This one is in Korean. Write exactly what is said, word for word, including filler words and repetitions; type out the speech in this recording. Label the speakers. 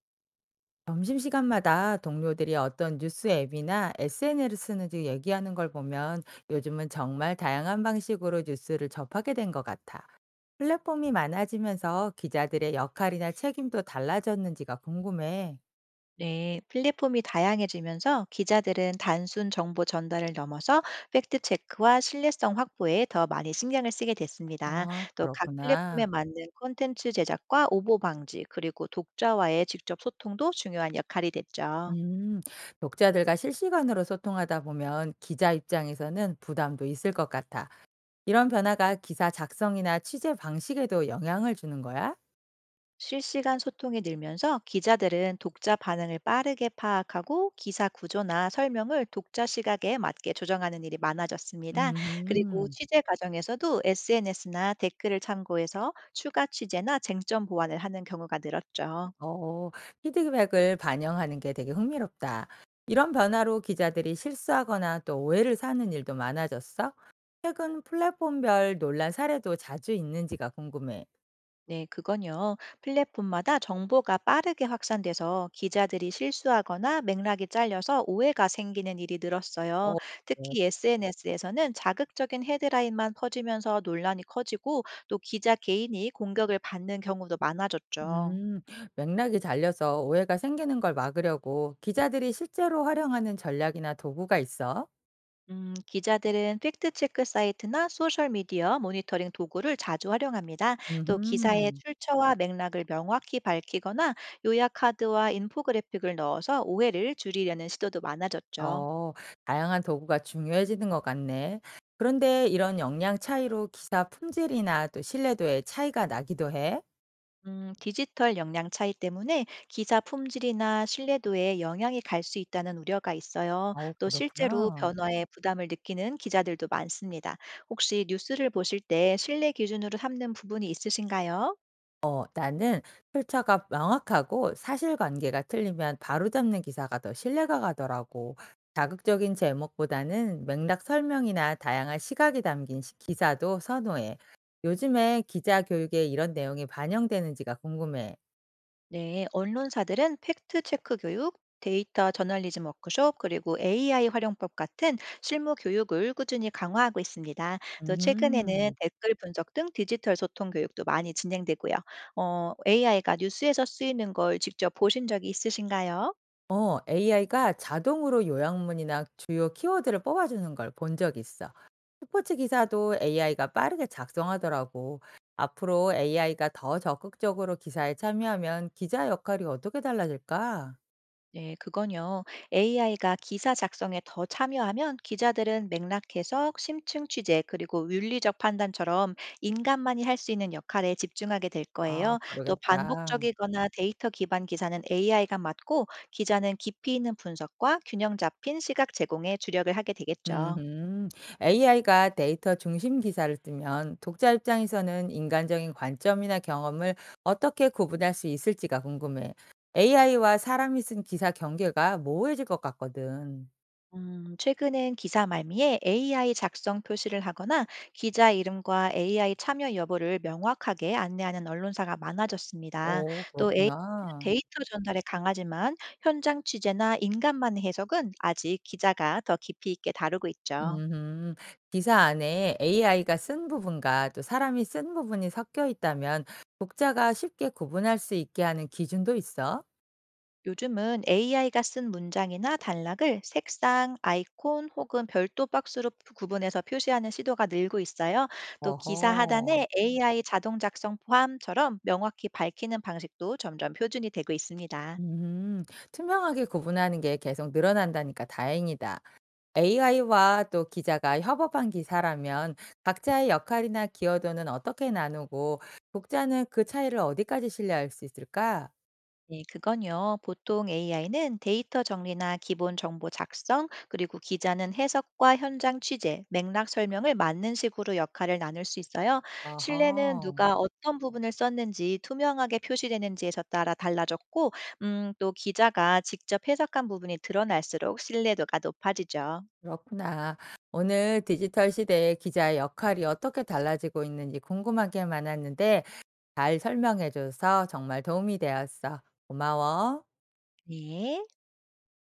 Speaker 1: 점심시간마다 동료들이 어떤 뉴스 앱이나 에스엔에스를 쓰는지 얘기하는 걸 보면 요즘은 정말 다양한 방식으로 뉴스를 접하게 된 것 같아. 플랫폼이 많아지면서 기자들의 역할이나 책임도 달라졌는지가 궁금해.
Speaker 2: 네, 플랫폼이 다양해지면서 기자들은 단순 정보 전달을 넘어서 팩트체크와 신뢰성 확보에 더 많이 신경을 쓰게 됐습니다.
Speaker 1: 아,
Speaker 2: 또 각
Speaker 1: 그렇구나.
Speaker 2: 플랫폼에 맞는 콘텐츠 제작과 오보 방지, 그리고 독자와의 직접 소통도 중요한 역할이 됐죠.
Speaker 1: 음, 독자들과 실시간으로 소통하다 보면 기자 입장에서는 부담도 있을 것 같아. 이런 변화가 기사 작성이나 취재 방식에도 영향을 주는 거야?
Speaker 2: 실시간 소통이 늘면서 기자들은 독자 반응을 빠르게 파악하고 기사 구조나 설명을 독자 시각에 맞게 조정하는 일이 많아졌습니다. 그리고
Speaker 1: 음.
Speaker 2: 취재 과정에서도 에스엔에스나 댓글을 참고해서 추가 취재나 쟁점 보완을 하는 경우가 늘었죠.
Speaker 1: 어, 피드백을 반영하는 게 되게 흥미롭다. 이런 변화로 기자들이 실수하거나 또 오해를 사는 일도 많아졌어? 최근 플랫폼별 논란 사례도 자주 있는지가 궁금해.
Speaker 2: 네, 그건요. 플랫폼마다 정보가 빠르게 확산돼서 기자들이 실수하거나 맥락이 잘려서 오해가 생기는 일이 늘었어요.
Speaker 1: 어, 네.
Speaker 2: 특히 에스엔에스에서는 자극적인 헤드라인만 퍼지면서 논란이 커지고 또 기자 개인이 공격을 받는 경우도 많아졌죠.
Speaker 1: 음, 맥락이 잘려서 오해가 생기는 걸 막으려고 기자들이 실제로 활용하는 전략이나 도구가 있어?
Speaker 2: 음, 기자들은 팩트체크 사이트나 소셜미디어 모니터링 도구를 자주 활용합니다. 또 기사의
Speaker 1: 음,
Speaker 2: 출처와 맥락을 명확히 밝히거나 요약 카드와 인포그래픽을 넣어서 오해를 줄이려는 시도도 많아졌죠.
Speaker 1: 어, 다양한 도구가 중요해지는 것 같네. 그런데 이런 역량 차이로 기사 품질이나 또 신뢰도에 차이가 나기도 해?
Speaker 2: 음, 디지털 역량 차이 때문에 기사 품질이나 신뢰도에 영향이 갈 수 있다는 우려가 있어요.
Speaker 1: 어,
Speaker 2: 또 실제로
Speaker 1: 그렇구나.
Speaker 2: 변화에 부담을 느끼는 기자들도 많습니다. 혹시 뉴스를 보실 때 신뢰 기준으로 삼는 부분이 있으신가요?
Speaker 1: 어, 나는 출처가 명확하고 사실관계가 틀리면 바로잡는 기사가 더 신뢰가 가더라고. 자극적인 제목보다는 맥락 설명이나 다양한 시각이 담긴 시- 기사도 선호해. 요즘에 기자 교육에 이런 내용이 반영되는지가 궁금해.
Speaker 2: 네, 언론사들은 팩트체크 교육, 데이터 저널리즘 워크숍, 그리고 에이아이 활용법 같은 실무 교육을 꾸준히 강화하고 있습니다. 또 최근에는
Speaker 1: 음.
Speaker 2: 댓글 분석 등 디지털 소통 교육도 많이 진행되고요. 어, 에이아이가 뉴스에서 쓰이는 걸 직접 보신 적이 있으신가요?
Speaker 1: 어, 에이아이가 자동으로 요약문이나 주요 키워드를 뽑아주는 걸 본 적 있어. 스포츠 기사도 에이아이가 빠르게 작성하더라고. 앞으로 에이아이가 더 적극적으로 기사에 참여하면 기자 역할이 어떻게 달라질까?
Speaker 2: 네, 그건요. 에이아이가 기사 작성에 더 참여하면 기자들은 맥락 해석, 심층 취재, 그리고 윤리적 판단처럼 인간만이 할 수 있는 역할에 집중하게 될
Speaker 1: 아,
Speaker 2: 거예요. 또
Speaker 1: 그러겠다.
Speaker 2: 반복적이거나 데이터 기반 기사는 에이아이가 맡고 기자는 깊이 있는 분석과 균형 잡힌 시각 제공에 주력을 하게 되겠죠.
Speaker 1: 음, 에이아이가 데이터 중심 기사를 쓰면 독자 입장에서는 인간적인 관점이나 경험을 어떻게 구분할 수 있을지가 궁금해. 에이아이와 사람이 쓴 기사 경계가 모호해질 것 같거든.
Speaker 2: 음, 최근엔 기사 말미에 에이아이 작성 표시를 하거나 기자 이름과 에이아이 참여 여부를 명확하게 안내하는 언론사가 많아졌습니다.
Speaker 1: 어,
Speaker 2: 또 에이아이는
Speaker 1: 그렇구나.
Speaker 2: 데이터 전달에 강하지만 현장 취재나 인간만의 해석은 아직 기자가 더 깊이 있게 다루고 있죠.
Speaker 1: 음 기사 안에 에이아이가 쓴 부분과 또 사람이 쓴 부분이 섞여 있다면 독자가 쉽게 구분할 수 있게 하는 기준도 있어?
Speaker 2: 요즘은 에이아이가 쓴 문장이나 단락을 색상, 아이콘 혹은 별도 박스로 푸- 구분해서 표시하는 시도가 늘고 있어요. 또 기사
Speaker 1: 어허.
Speaker 2: 하단에 에이아이 자동 작성 포함처럼 명확히 밝히는 방식도 점점 표준이 되고 있습니다.
Speaker 1: 음. 투명하게 구분하는 게 계속 늘어난다니까 다행이다. 에이아이와 또 기자가 협업한 기사라면 각자의 역할이나 기여도는 어떻게 나누고 독자는 그 차이를 어디까지 신뢰할 수 있을까?
Speaker 2: 네, 그건요. 보통 에이아이는 데이터 정리나 기본 정보 작성, 그리고 기자는 해석과 현장 취재, 맥락 설명을 맞는 식으로 역할을 나눌 수 있어요. 신뢰는
Speaker 1: 어허.
Speaker 2: 누가 어떤 부분을 썼는지 투명하게 표시되는지에서 따라 달라졌고, 음, 또 기자가 직접 해석한 부분이 드러날수록 신뢰도가 높아지죠.
Speaker 1: 그렇구나. 오늘 디지털 시대의 기자의 역할이 어떻게 달라지고 있는지 궁금하게 많았는데 잘 설명해줘서 정말 도움이 되었어. 고마워.
Speaker 2: 네.